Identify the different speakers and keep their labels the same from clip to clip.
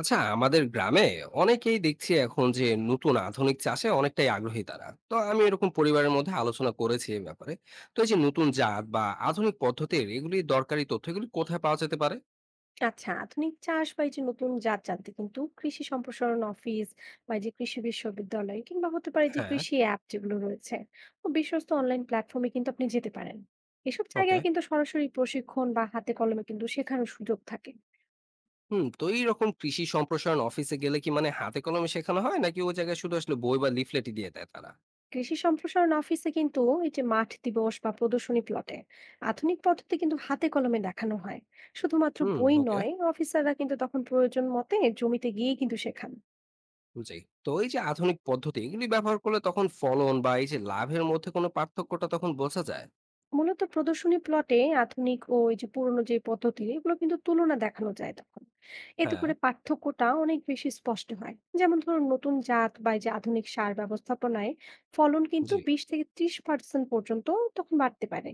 Speaker 1: আচ্ছা, আমাদের গ্রামে অনেকেই দেখছি এখন যে নতুন আধুনিক চাষে অনেকটাই আগ্রহী। তারা তো আমি এরকম পরিবারের মধ্যে আলোচনা করেছি এই ব্যাপারে। তো এই যে নতুন জাত বা আধুনিক পদ্ধতির এগুলি দরকারি তথ্য এগুলি কোথায় পাওয়া যেতে পারে?
Speaker 2: আচ্ছা, আধুনিক চাষ বা এই যে নতুন জাত জানতে কিন্তু কৃষি সম্প্রসারণ অফিস বা এই যে কৃষি বিশ্ববিদ্যালয় কিংবা হতে পারে যে
Speaker 1: হ্যাঁ।
Speaker 2: কৃষি অ্যাপ যেগুলো রয়েছে ও বিশ্বস্ত অনলাইন প্ল্যাটফর্মে কিন্তু আপনি যেতে পারেন। এসব
Speaker 1: ওকে।
Speaker 2: জায়গায় কিন্তু সরাসরি প্রশিক্ষণ বা হাতে কলমে কিন্তু শেখানোর সুযোগ থাকে।
Speaker 1: হুম, তো এইরকম কৃষি সম্প্রসারণ অফিসে গেলে কি মানে হাতে কলমে শেখানো হয়, নাকি ওই জায়গায় শুধু আসলে বই বা লিফলেটই দিয়ে দেয় তারা?
Speaker 2: কৃষি সম্প্রসারণ অফিসে কিন্তু এই যে মাঠ দিবস বা প্রদর্শনী প্লটে আধুনিক পদ্ধতি কিন্তু হাতে কলমে দেখানো হয়। শুধুমাত্র
Speaker 1: হুম,
Speaker 2: বই
Speaker 1: ওকে।
Speaker 2: নয়, অফিসাররা কিন্তু তখন প্রয়োজন মতে জমিতে গিয়ে কিন্তু শেখান।
Speaker 1: জি। তো এই যে আধুনিক পদ্ধতি এগুলি ব্যবহার করলে তখন ফলন বা এই যে লাভের মধ্যে কোনো পার্থক্যটা তখন বোঝা যায়?
Speaker 2: মূলত প্রদর্শনী প্লটে আধুনিক ও এই যে পুরনো যে পদ্ধতি এগুলো কিন্তু তুলনা দেখানো যায় তখন। এতে
Speaker 1: হ্যাঁ।
Speaker 2: করে পার্থক্যটা অনেক বেশি স্পষ্ট হয়। যেমন ধরুন, নতুন জাত বা এই যে আধুনিক সার ব্যবস্থাপনায় ফলন কিন্তু
Speaker 1: জি।
Speaker 2: 20 থেকে 30% পর্যন্ত তখন বাড়তে পারে।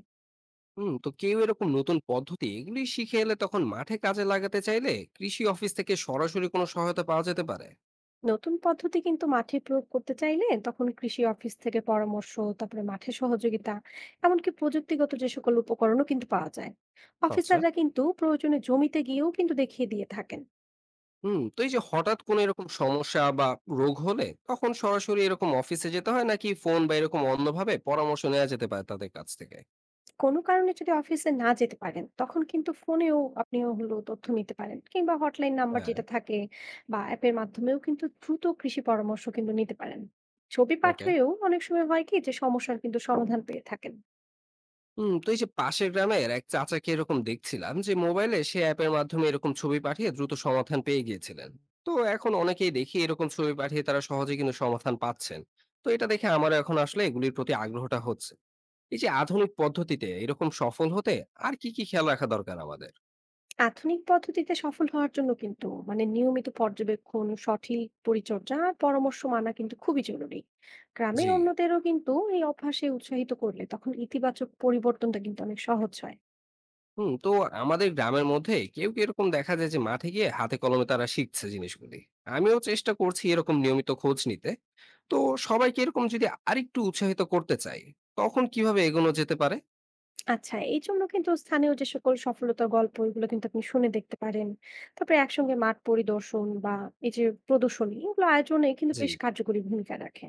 Speaker 1: হুম, তো কেউ এরকম নতুন পদ্ধতি এগুলি শিখে এলে তখন মাঠে কাজে লাগাতে চাইলে কৃষি অফিস থেকে সরাসরি কোনো সহায়তা পাওয়া যেতে পারে?
Speaker 2: নতুন পদ্ধতি কিন্তু মাঠে প্রয়োগ করতে চাইলে তখন কৃষি অফিস থেকে পরামর্শ, তারপরে মাঠে সহযোগিতা, এমনকি প্রযুক্তিগত যে সকল উপকরণও কিন্তু পাওয়া যায়।
Speaker 1: আচ্ছা।
Speaker 2: অফিসাররা কিন্তু প্রয়োজনে জমিতে গিয়েও কিন্তু দেখিয়ে দিয়ে থাকেন।
Speaker 1: হুম, তো এই যে হঠাৎ কোনো এরকম সমস্যা বা রোগ হলে তখন সরাসরি এরকম অফিসে যেতে হয়, নাকি ফোন বা এরকম অন্যভাবে পরামর্শ নেওয়া যেতে পারে তাদের কাছ থেকে?
Speaker 2: কোনো কারণে যদি অফিসে না যেতে পারেন, তখন কিন্তু ফোনেও আপনি হলো তথ্য নিতে পারেন, কিংবা হটলাইন নাম্বার
Speaker 1: হ্যাঁ।
Speaker 2: যেটা থাকে বা অ্যাপের মাধ্যমেও কিন্তু দ্রুত কৃষি পরামর্শ কিন্তু নিতে পারেন। ছবি
Speaker 1: ওকে।
Speaker 2: পাঠিয়েও অনেক সময় হয় কি, যে সমস্যার কিন্তু সমাধান পেয়ে থাকেন।
Speaker 1: হুম, তো এই যে পাশের গ্রামের এক চাচাকে এরকম দেখছিলাম যে মোবাইলে সে অ্যাপের মাধ্যমে এরকম ছবি পাঠিয়ে দ্রুত সমাধান পেয়ে গিয়েছিলেন। তো এখন অনেকেই দেখি এরকম ছবি পাঠিয়ে তারা সহজে কিন্তু সমাধান পাচ্ছেন। তো এটা দেখে আমার এখন আসলে এগুলির প্রতি আগ্রহটা হচ্ছে এই যে আধুনিক পদ্ধতিতে এরকম সফল হতে আর কি কি খেয়াল রাখা দরকার আমাদের।
Speaker 2: আধুনিক পদ্ধতিতে সফল হওয়ার জন্য কিন্তু মানে নিয়মিত পর্যবেক্ষণ, সঠিক পরিচর্যা আর পরামর্শ মানা কিন্তু খুবই জরুরি। গ্রামের
Speaker 1: জি।
Speaker 2: অন্যদেরও কিন্তু এই অভ্যাসে উৎসাহিত করলে তখন ইতিবাচক পরিবর্তনটা কিন্তু অনেক সহজ হয়।
Speaker 1: হুম, তো আমাদের গ্রামের মধ্যে কেউ কি এরকম দেখা যায় যে মাঠে গিয়ে হাতে কলমে তারা শিখছে জিনিসগুলি? আমিও চেষ্টা করছি এরকম নিয়মিত খোঁজ নিতে। তো সবাইকে এরকম যদি আরেকটু উৎসাহিত করতে চাই, তখন কিভাবে এগোনো যেতে পারে?
Speaker 2: আচ্ছা, এই জন্য কিন্তু স্থানীয় যে সকল সফলতার গল্প এগুলো কিন্তু আপনি শুনে দেখতে পারেন। তারপরে একসঙ্গে মাঠ পরিদর্শন বা এই যে প্রদর্শনী এগুলো আয়োজনে কিন্তু
Speaker 1: জি।
Speaker 2: বেশ কার্যকরী ভূমিকা রাখে।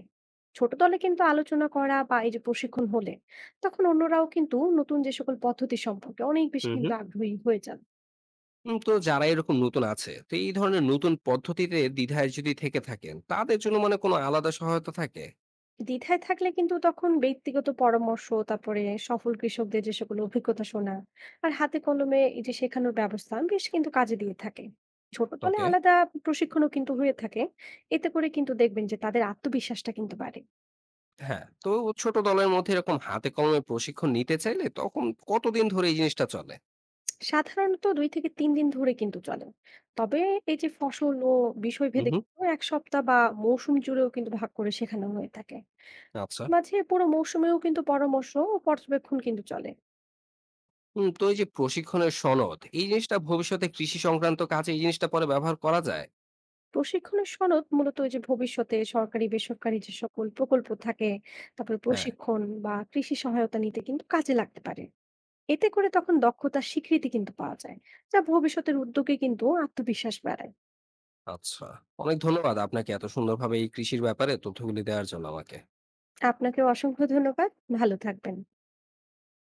Speaker 2: ছোট দলে কিন্তু আলোচনা করা বা এই যে প্রশিক্ষণ হলে তখন অন্যরাও কিন্তু নতুন যে সকল পদ্ধতি সম্পর্কে অনেক বেশি
Speaker 1: হুম,
Speaker 2: কিন্তু
Speaker 1: হুম।
Speaker 2: আগ্রহী হয়ে যান।
Speaker 1: হুম, তো যারা এরকম নতুন আছে, তো এই ধরনের নতুন পদ্ধতিতে দ্বিধায় যদি থেকে থাকেন, তাদের জন্য মানে কোনো আলাদা সহায়তা থাকে?
Speaker 2: দ্বিধায় থাকলে কিন্তু তখন ব্যক্তিগত পরামর্শ, তারপরে সফল কৃষকদের যে সকল অভিজ্ঞতা শোনা আর হাতে কলমে এই যে শেখানোর ব্যবস্থা বেশ কিন্তু কাজে দিয়ে থাকে। ছোট দলে
Speaker 1: ওকে।
Speaker 2: আলাদা প্রশিক্ষণও কিন্তু হয়ে থাকে। এতে করে কিন্তু দেখবেন যে তাদের আত্মবিশ্বাসটা কিন্তু বাড়ে।
Speaker 1: হ্যাঁ, তো ছোট দলের মধ্যে এরকম হাতে কলমে প্রশিক্ষণ নিতে চাইলে তখন কতদিন ধরে এই জিনিসটা চলে?
Speaker 2: সাধারণত 2 থেকে 3 দিন ধরে কিন্তু চলে। তবে এই যে ফসল ও বিষয়
Speaker 1: হুম,
Speaker 2: ভেদে
Speaker 1: হুম।
Speaker 2: কিন্তু এক সপ্তাহ বা মৌসুম জুড়েও কিন্তু ভাগ করে শেখানো হয়ে থাকে।
Speaker 1: আচ্ছা।
Speaker 2: মাঝে পুরো মৌসুমেও কিন্তু পরামর্শ ও পর্যবেক্ষণ কিন্তু চলে।
Speaker 1: হুম, তো এই যে প্রশিক্ষণের সনদ, এই জিনিসটা ভবিষ্যতে কৃষি সংক্রান্ত কাজে এই জিনিসটা পরে ব্যবহার করা যায়?
Speaker 2: প্রশিক্ষণের সনদ মূলত ওই যে ভবিষ্যতে সরকারি বেসরকারি যে সকল প্রকল্প থাকে, তারপরে
Speaker 1: হ্যাঁ।
Speaker 2: প্রশিক্ষণ বা কৃষি সহায়তা নিতে কিন্তু কাজে লাগতে পারে। এতে করে তখন দক্ষতার স্বীকৃতি কিন্তু পাওয়া যায়, যা ভবিষ্যতের উদ্যোগে কিন্তু আত্মবিশ্বাস বাড়ায়।
Speaker 1: আচ্ছা। অনেক ধন্যবাদ আপনাকে এত সুন্দরভাবে এই কৃষির ব্যাপারে তথ্যগুলি দেওয়ার জন্য আমাকে।
Speaker 2: আপনাকেও অসংখ্য ধন্যবাদ। ভালো থাকবেন।